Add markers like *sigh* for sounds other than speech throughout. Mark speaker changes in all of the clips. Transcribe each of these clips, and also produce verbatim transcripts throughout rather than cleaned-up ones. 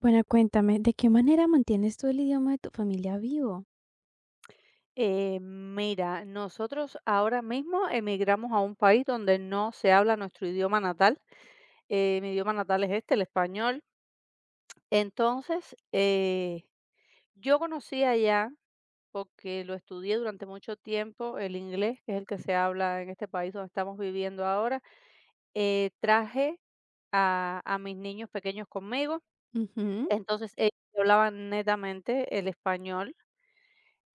Speaker 1: Bueno, cuéntame, ¿de qué manera mantienes tú el idioma de tu familia vivo?
Speaker 2: Eh, mira, nosotros ahora mismo emigramos a un país donde no se habla nuestro idioma natal. Eh, mi idioma natal es este, el español. Entonces, eh, yo conocí allá, porque lo estudié durante mucho tiempo, el inglés, que es el que se habla en este país donde estamos viviendo ahora. Eh, traje a, a mis niños pequeños conmigo.
Speaker 1: Ujú,
Speaker 2: Entonces, ellos hablaban netamente el español.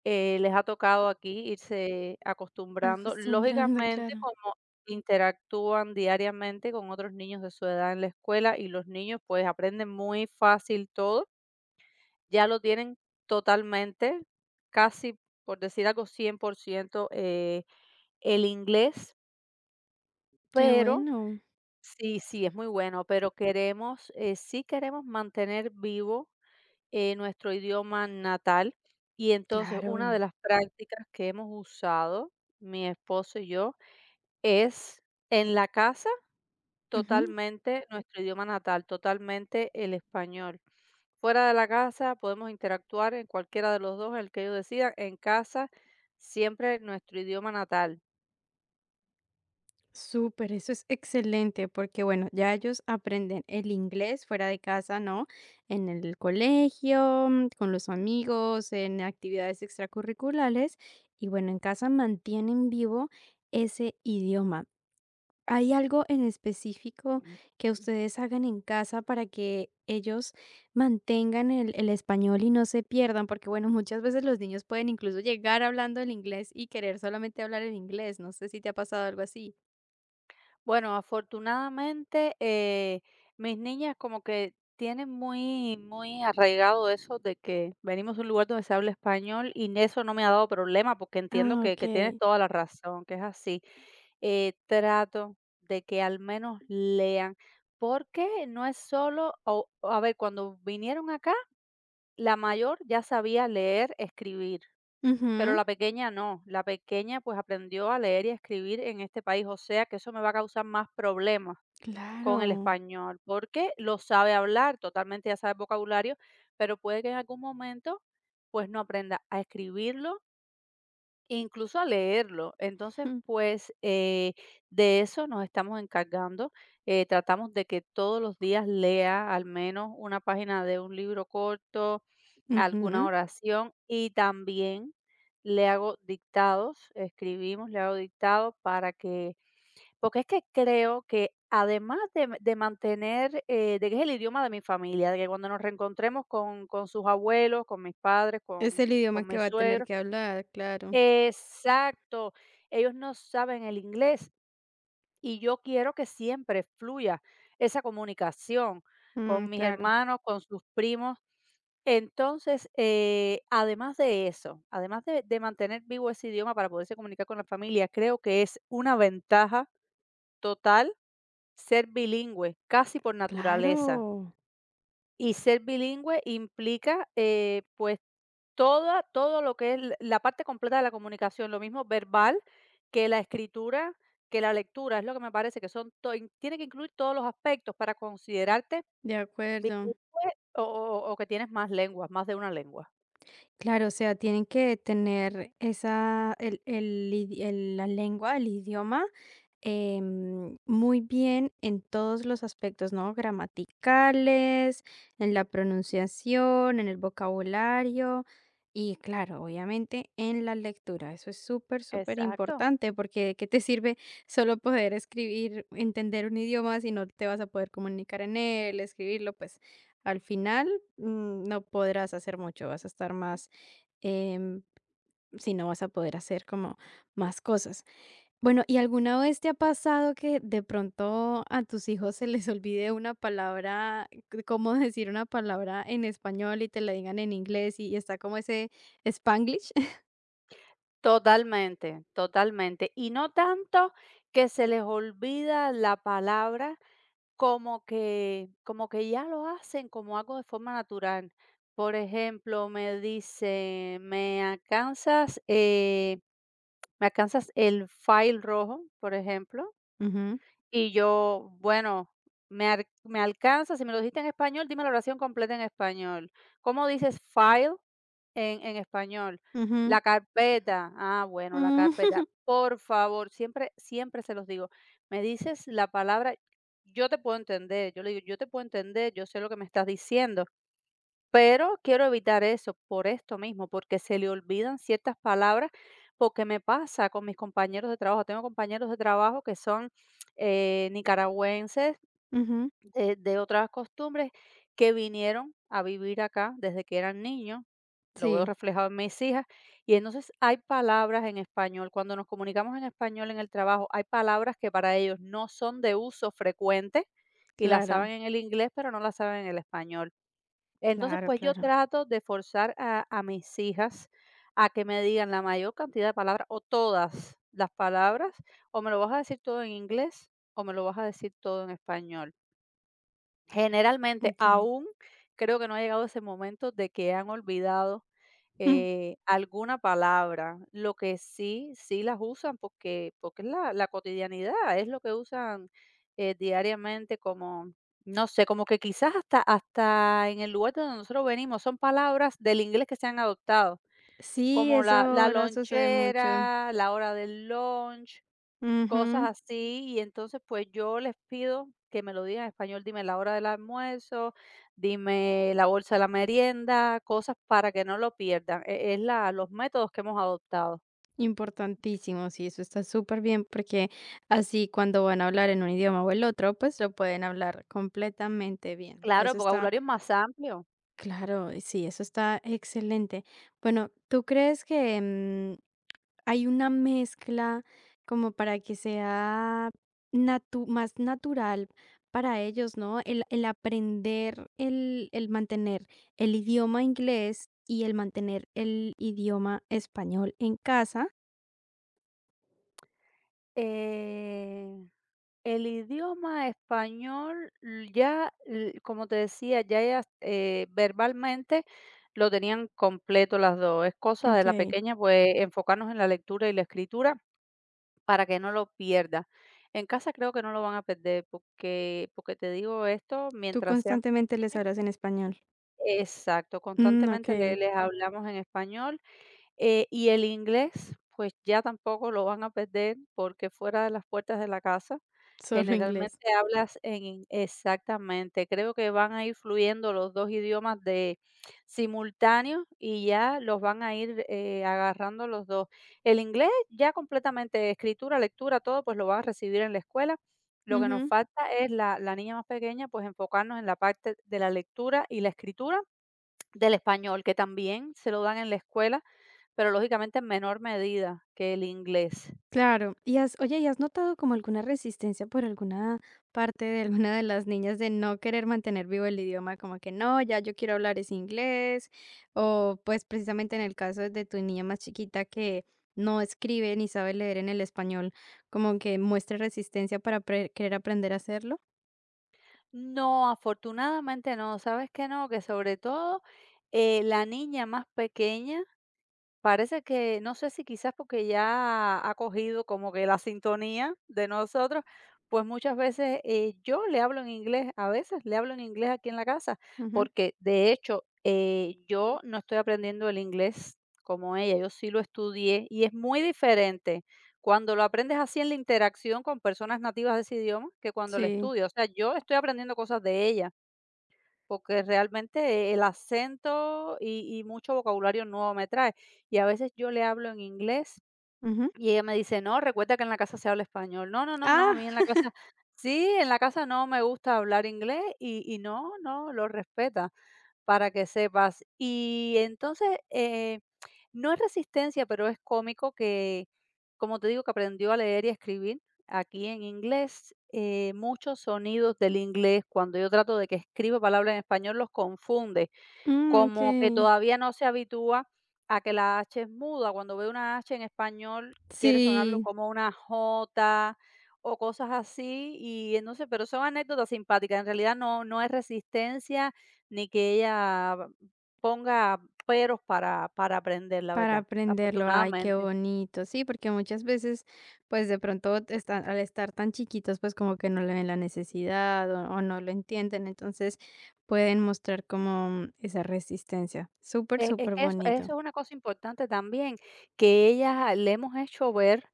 Speaker 2: Eh, les ha tocado aquí irse acostumbrando.
Speaker 1: Acostumbrando,
Speaker 2: Lógicamente,
Speaker 1: claro.
Speaker 2: como interactúan diariamente con otros niños de su edad en la escuela y los niños pues aprenden muy fácil todo, ya lo tienen totalmente, casi por decir algo, cien por ciento eh, el inglés,
Speaker 1: Qué
Speaker 2: pero
Speaker 1: bueno.
Speaker 2: sí, sí, es muy bueno, pero queremos, eh, sí queremos mantener vivo eh, nuestro idioma natal. Y entonces una de
Speaker 1: Claro.
Speaker 2: las prácticas que hemos usado, mi esposo y yo, es en la casa
Speaker 1: Ujú,
Speaker 2: totalmente nuestro idioma natal, totalmente el español. Fuera de la casa podemos interactuar en cualquiera de los dos, el que ellos decidan. En casa siempre nuestro idioma natal.
Speaker 1: Súper, eso es excelente porque bueno, ya ellos aprenden el inglés fuera de casa, ¿no? En el colegio, mm, con los amigos, en actividades extracurriculares y bueno, en casa mantienen vivo ese idioma. ¿Hay algo en específico que ustedes hagan en casa para que ellos mantengan el el español y no se pierdan? Porque, bueno, muchas veces los niños pueden incluso llegar hablando el inglés y querer solamente hablar el inglés. No sé si te ha pasado algo así.
Speaker 2: Bueno, afortunadamente, eh, mis niñas como que tienen muy, muy arraigado eso de que venimos de un lugar donde se habla español y eso no me ha dado problema porque entiendo
Speaker 1: Ah,
Speaker 2: que, que, tienes
Speaker 1: okey.
Speaker 2: toda la razón, que es así. Eh, trato de que al menos lean, porque no es solo, o- a ver, cuando vinieron acá, la mayor ya sabía leer, escribir. Pero
Speaker 1: Ujú.
Speaker 2: la pequeña no, la pequeña pues aprendió a leer y a escribir en este país, o sea que eso me va a causar más problemas con el
Speaker 1: Claro.
Speaker 2: español, porque lo sabe hablar, totalmente ya sabe el vocabulario, pero puede que en algún momento pues no aprenda a escribirlo. Incluso a leerlo.
Speaker 1: *laughs*
Speaker 2: Entonces,
Speaker 1: Jum.
Speaker 2: pues, eh, de eso nos estamos encargando. Eh, tratamos de que todos los días lea al menos una página de un libro corto, alguna
Speaker 1: Ujú.
Speaker 2: oración y también le hago dictados, escribimos, le hago dictados para que, porque es que creo que además de, de, mantener, eh, de que es el idioma de mi familia, de que cuando nos reencontremos con, con sus abuelos, con mis padres,
Speaker 1: Es
Speaker 2: con,
Speaker 1: el idioma
Speaker 2: con
Speaker 1: que
Speaker 2: mis
Speaker 1: va a tener
Speaker 2: suegros.
Speaker 1: que hablar, claro.
Speaker 2: Exacto. Ellos no saben el inglés y yo quiero que siempre fluya esa comunicación
Speaker 1: Mm,
Speaker 2: con mis
Speaker 1: claro.
Speaker 2: hermanos, con sus primos. Entonces, eh, además de eso, además de, de mantener vivo ese idioma para poderse comunicar con la familia, creo que es una ventaja total ser bilingüe, casi por naturaleza.
Speaker 1: Claro.
Speaker 2: Y ser bilingüe implica, eh, pues, toda todo lo que es l la parte completa de la comunicación, lo mismo verbal que la escritura, que la lectura, es lo que me parece que son to in- tiene que incluir todos los aspectos para considerarte
Speaker 1: De acuerdo.
Speaker 2: bilingüe o o o que tienes más lenguas, más de una lengua.
Speaker 1: Claro, o sea, tienen que tener esa el el idi el la lengua, el idioma em, muy bien en todos los aspectos, ¿no? Gramaticales, en la pronunciación, en el vocabulario y claro, obviamente en la lectura. Eso es súper, súper
Speaker 2: Exacto.
Speaker 1: importante porque ¿de qué te sirve solo poder escribir, entender un idioma si no te vas a poder comunicar en él, escribirlo? Pues al final mm, no podrás hacer mucho, vas a estar más, em, si no vas a poder hacer como más cosas. Bueno, ¿y alguna vez te ha pasado que de pronto a tus hijos se les *laughs* olvide una palabra, c- cómo decir una palabra en español y te la digan en inglés y, y está como ese Spanglish? *laughs*
Speaker 2: Totalmente, totalmente. Y no tanto que se les olvida la palabra, como que como que ya lo hacen como algo de forma natural. Por ejemplo, me dice: "Me alcanzas, eh, me alcanzas el file rojo", por ejemplo,
Speaker 1: Ujú,
Speaker 2: y yo: "Bueno, me al me alcanzas, si me lo dijiste en español, dime la oración completa en español. ¿Cómo dices file? En en español.
Speaker 1: ujú,
Speaker 2: La carpeta". Ah, bueno, la
Speaker 1: mm,
Speaker 2: carpeta.
Speaker 1: *laughs*
Speaker 2: Por favor, siempre siempre se los digo. Me dices la palabra yo te puedo entender, yo le digo: "Yo te puedo entender, yo sé lo que me estás diciendo, pero quiero evitar eso por esto mismo", porque se le olvidan ciertas palabras, porque me pasa con mis compañeros de trabajo. Tengo compañeros de trabajo que son, eh, nicaragüenses,
Speaker 1: ujú.
Speaker 2: de de otras costumbres, que vinieron a vivir acá desde que eran niños, lo veo
Speaker 1: Sí,
Speaker 2: reflejado en mis hijas, y entonces hay palabras en español, cuando nos comunicamos en español en el trabajo, hay palabras que para ellos no son de uso frecuente y las saben
Speaker 1: claro,
Speaker 2: en el inglés, pero no las saben en el español. Entonces,
Speaker 1: claro,
Speaker 2: pues yo
Speaker 1: claro.
Speaker 2: trato de forzar a, a, mis hijas a que me digan la mayor cantidad de palabras o todas las palabras, o me lo vas a decir todo en inglés o me lo vas a decir todo en español. Generalmente,
Speaker 1: Ok. *laughs*
Speaker 2: aún creo que no ha llegado ese momento de que han olvidado,
Speaker 1: Mm.
Speaker 2: eh, alguna palabra. Lo que sí, sí las usan porque porque es la la cotidianidad, es lo que usan, eh, diariamente como, no sé, como que quizás hasta hasta en el lugar de donde nosotros venimos, son palabras del inglés que se han adoptado,
Speaker 1: Sí,
Speaker 2: como
Speaker 1: eso
Speaker 2: la la
Speaker 1: ahora sucede mucho.
Speaker 2: lonchera, la hora del lunch, cosas
Speaker 1: Ujú.
Speaker 2: así, y entonces, pues, yo les pido que me lo digan en español, dime la hora del almuerzo, dime la bolsa de la merienda, cosas para que no lo pierdan. E es la los métodos que hemos adoptado.
Speaker 1: Importantísimo, sí, eso está súper bien porque así cuando van a hablar en un idioma o el otro, pues lo pueden hablar completamente bien.
Speaker 2: Claro, el
Speaker 1: Eso está,
Speaker 2: vocabulario es más amplio.
Speaker 1: claro, y sí, eso está excelente. Bueno, ¿tú crees que mm, hay una mezcla como para que sea natu- más natural para ellos, ¿no? El, el aprender, el, el mantener el idioma inglés y el mantener el idioma español en casa.
Speaker 2: Eh, el idioma español l- ya, l como te decía, ya ellas, eh, verbalmente lo tenían completo las dos. Es cosa de la
Speaker 1: Ok.
Speaker 2: pequeña, pues, enfocarnos en la lectura y la escritura. Para que no lo pierda. En casa creo que no lo van a perder, porque porque te digo esto,
Speaker 1: Tú
Speaker 2: mientras sean
Speaker 1: constantemente les
Speaker 2: pequeños
Speaker 1: hablas en español.
Speaker 2: exacto,
Speaker 1: Mm,
Speaker 2: constantemente le
Speaker 1: okey,
Speaker 2: les hablamos en español, eh, y el inglés, pues ya tampoco lo van a perder porque fuera de las puertas de la casa,
Speaker 1: solo inglés.
Speaker 2: generalmente hablas en in exactamente, creo que van a ir fluyendo los dos idiomas de simultáneos y ya los van a ir, eh, agarrando los dos. El inglés ya completamente, escritura, lectura, todo, pues lo van a recibir en la escuela. Lo que nos
Speaker 1: Ujú,
Speaker 2: falta es la la niña más pequeña, pues enfocarnos en la parte de la lectura y la escritura del español, que también se lo dan en la escuela, pero lógicamente en menor medida que el inglés.
Speaker 1: claro. Y has oye, ¿y has notado como alguna resistencia por alguna parte de alguna de las niñas de no querer mantener vivo el idioma? Como que no, ya yo quiero hablar es inglés, o pues, precisamente en el caso de tu niña más chiquita que no escribe ni sabe leer en el español, como que muestre resistencia para pre querer aprender a hacerlo.
Speaker 2: No, afortunadamente no, ¿sabes qué no? Que sobre todo eh, la niña más pequeña. Parece que, no sé si quizás porque ya ha cogido como que la sintonía de nosotros, pues muchas veces eh, yo le hablo en inglés, a veces le hablo en inglés aquí en la casa,
Speaker 1: Ujú.
Speaker 2: porque de hecho eh, yo no estoy aprendiendo el inglés como ella, yo sí lo estudié y es muy diferente cuando lo aprendes así en la interacción con personas nativas de ese idioma que cuando lo
Speaker 1: Sí.
Speaker 2: estudias. O sea, yo estoy aprendiendo cosas de ella porque realmente el acento y, y mucho vocabulario nuevo me trae. Y a veces yo le hablo en inglés
Speaker 1: Ujú.
Speaker 2: y ella me dice, no, recuerda que en la casa se habla español. No, no, no, no, a
Speaker 1: Ah,
Speaker 2: mí en la casa, sí, en la casa no me gusta hablar inglés y, y no, no, lo respeta para que sepas. Y entonces, eh, no es resistencia, pero es cómico que, como te digo, que aprendió a leer y a escribir aquí en inglés. Eh, muchos sonidos del inglés, cuando yo trato de que escriba palabras en español, los confunde.
Speaker 1: mm,
Speaker 2: Como que
Speaker 1: okey.
Speaker 2: todavía no se habitúa a que la H es muda, cuando ve una H en español quiere sonarlo
Speaker 1: Sí.
Speaker 2: como una J o cosas así, y entonces pero son anécdotas simpáticas, en realidad no no es resistencia ni que ella ponga peros para para aprender, la
Speaker 1: Para
Speaker 2: verdad,
Speaker 1: aprenderlo, ay, qué
Speaker 2: afortunadamente.
Speaker 1: bonito. Sí, porque muchas veces, pues de pronto están, al estar tan chiquitos, pues como que no le ven la necesidad o, o no lo entienden, entonces pueden mostrar como mm, esa resistencia. Súper,
Speaker 2: Es es
Speaker 1: súper
Speaker 2: que eso
Speaker 1: bonito.
Speaker 2: eso es una cosa importante también, que ella le hemos hecho ver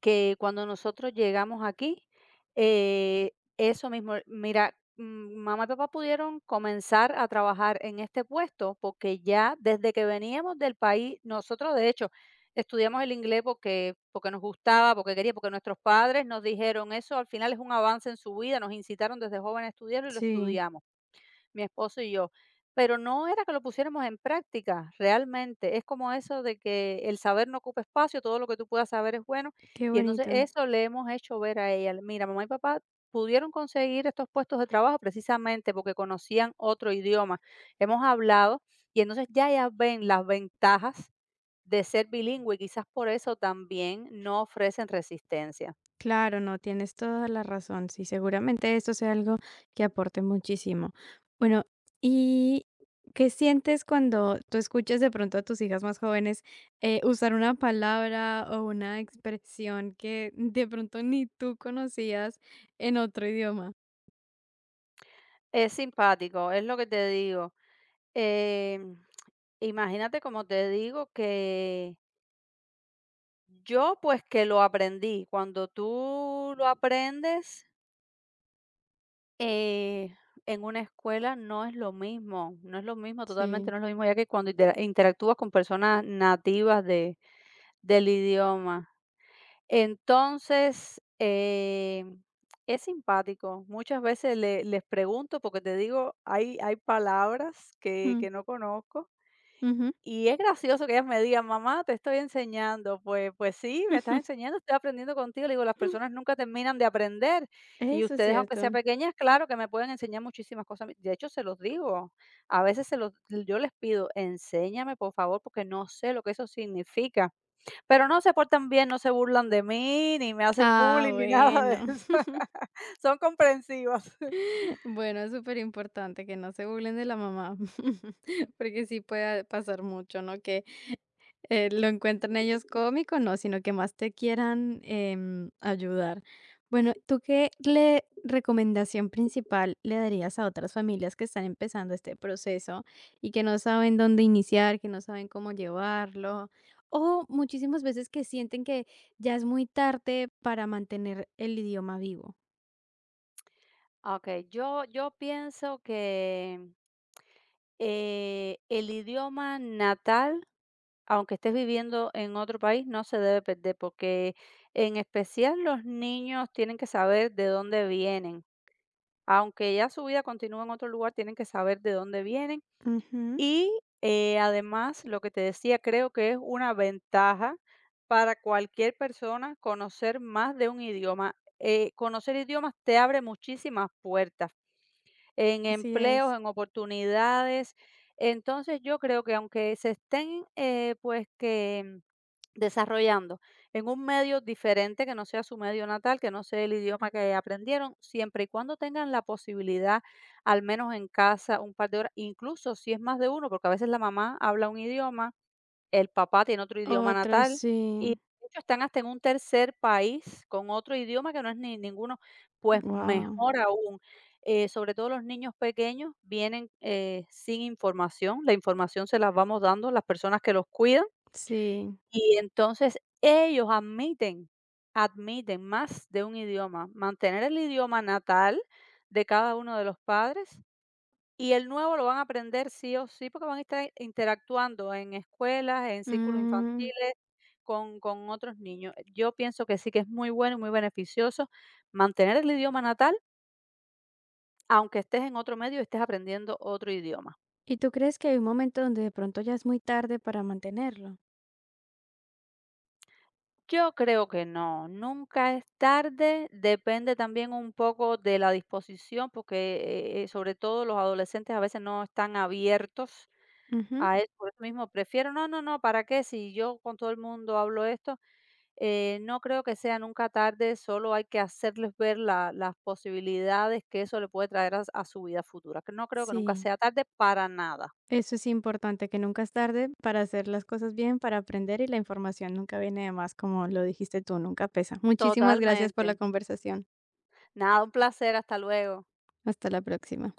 Speaker 2: que cuando nosotros llegamos aquí, eh, eso mismo, mira, mm, mamá y papá pudieron comenzar a trabajar en este puesto porque ya desde que veníamos del país, nosotros de hecho estudiamos el inglés porque porque nos gustaba, porque quería, porque nuestros padres nos dijeron eso al final es un avance en su vida, nos incitaron desde joven a estudiarlo y lo
Speaker 1: Sí,
Speaker 2: estudiamos mi esposo y yo, pero no era que lo pusiéramos en práctica realmente. Es como eso de que el saber no ocupa espacio, todo lo que tú puedas saber es bueno.
Speaker 1: qué
Speaker 2: Y entonces
Speaker 1: bonito.
Speaker 2: eso le hemos hecho ver a ella. Mira, mamá y papá pudieron conseguir estos puestos de trabajo precisamente porque conocían otro idioma. Hemos hablado y entonces ya ya ven las ventajas de ser bilingüe y quizás por eso también no ofrecen resistencia.
Speaker 1: Claro, no, tienes toda la razón. Sí, seguramente esto sea algo que aporte muchísimo. Bueno, ¿y qué sientes cuando tú escuchas de pronto a tus hijas más jóvenes eh, usar una palabra o una expresión que de pronto ni tú conocías en otro idioma?
Speaker 2: Es simpático, es lo que te digo. Em, Imagínate, como te digo, que yo pues que lo aprendí. Cuando tú lo aprendes eh, en una escuela no es lo mismo, no es lo mismo, totalmente
Speaker 1: Sí.
Speaker 2: no es lo mismo, ya que cuando intera- interactúas con personas nativas de, del idioma. Entonces, eh, es simpático. Muchas veces le- les pregunto, porque te digo, hay, hay palabras que,
Speaker 1: Mm,
Speaker 2: que no conozco.
Speaker 1: ujú.
Speaker 2: Y es gracioso que ellas me digan: "Mamá, te estoy enseñando". Pues pues sí, me estás
Speaker 1: *laughs*
Speaker 2: enseñando, estoy aprendiendo contigo. Le digo: "Las personas nunca terminan de aprender, y
Speaker 1: Eso es
Speaker 2: ustedes, aunque sean
Speaker 1: cierto.
Speaker 2: pequeñas, claro que me pueden enseñar muchísimas cosas". De hecho, se los digo, a veces se los yo les pido: "Enséñame, por favor, porque no sé lo que eso significa". Pero no se portan bien, no se burlan de mí, ni me hacen
Speaker 1: Ah,
Speaker 2: bullying, ni *laughs* nada de
Speaker 1: bueno.
Speaker 2: eso. *laughs* Son comprensivas.
Speaker 1: *laughs* Bueno, es súper importante que no se burlen de la mamá, *laughs* porque sí puede pasar mucho, ¿no? Que eh, lo encuentren ellos cómico, no, sino que más te quieran em, ayudar. Bueno, ¿tú qué le recomendación principal le darías a otras familias que están empezando este proceso y que no saben dónde iniciar, que no saben cómo llevarlo? O muchísimas veces que sienten que ya es muy tarde para mantener el idioma vivo.
Speaker 2: Okey, yo yo pienso que, eh, el idioma natal, aunque estés viviendo en otro país, no se debe perder, porque en especial los niños tienen que saber de dónde vienen. Aunque ya su vida continúe en otro lugar, tienen que saber de dónde vienen.
Speaker 1: Ujú,
Speaker 2: Y, eh, además, lo que te decía, creo que es una ventaja para cualquier persona conocer más de un idioma. Eh, conocer idiomas te abre muchísimas puertas en
Speaker 1: así es.
Speaker 2: empleos, en oportunidades. Entonces, yo creo que aunque se estén, eh, pues que desarrollando en un medio diferente que no sea su medio natal, que no sea el idioma que aprendieron, siempre y cuando tengan la posibilidad, al menos en casa, un par de horas, incluso si es más de uno, porque a veces la mamá habla un idioma, el papá tiene otro idioma
Speaker 1: Otro
Speaker 2: natal y,
Speaker 1: sí.
Speaker 2: de hecho, están hasta en un tercer país con otro idioma que no es ni ninguno, pues
Speaker 1: wow,
Speaker 2: mejor aún. Eh, sobre todo los niños pequeños vienen, eh, sin información, la información se las vamos dando las personas que los cuidan,
Speaker 1: sí.
Speaker 2: y entonces ellos admiten, admiten más de un idioma, mantener el idioma natal de cada uno de los padres y el nuevo lo van a aprender sí o sí, porque van a estar interactuando en escuelas, en círculos
Speaker 1: Mm,
Speaker 2: infantiles, con con otros niños. Yo pienso que sí, que es muy bueno y muy beneficioso mantener el idioma natal, aunque estés en otro medio y estés aprendiendo otro idioma.
Speaker 1: ¿y tú crees que hay un momento donde de pronto ya es muy tarde para mantenerlo?
Speaker 2: Yo creo que no, nunca es tarde, depende también un poco de la disposición, porque eh, eh, sobre todo los adolescentes a veces no están abiertos
Speaker 1: Ujú,
Speaker 2: a eso, por eso mismo prefiero, no, no, no, ¿para qué? Si yo con todo el mundo hablo esto, eh, no creo que sea nunca tarde, solo hay que hacerles ver la- las posibilidades que eso le puede traer a, a, su vida futura, que no creo que nunca
Speaker 1: sí.
Speaker 2: sea tarde para nada.
Speaker 1: Eso es importante, que nunca es tarde para hacer las cosas bien, para aprender y la información nunca viene de más, como lo dijiste tú, nunca pesa. Muchísimas gracias por la
Speaker 2: Totalmente.
Speaker 1: conversación.
Speaker 2: Nada, un placer, hasta luego.
Speaker 1: Hasta la próxima.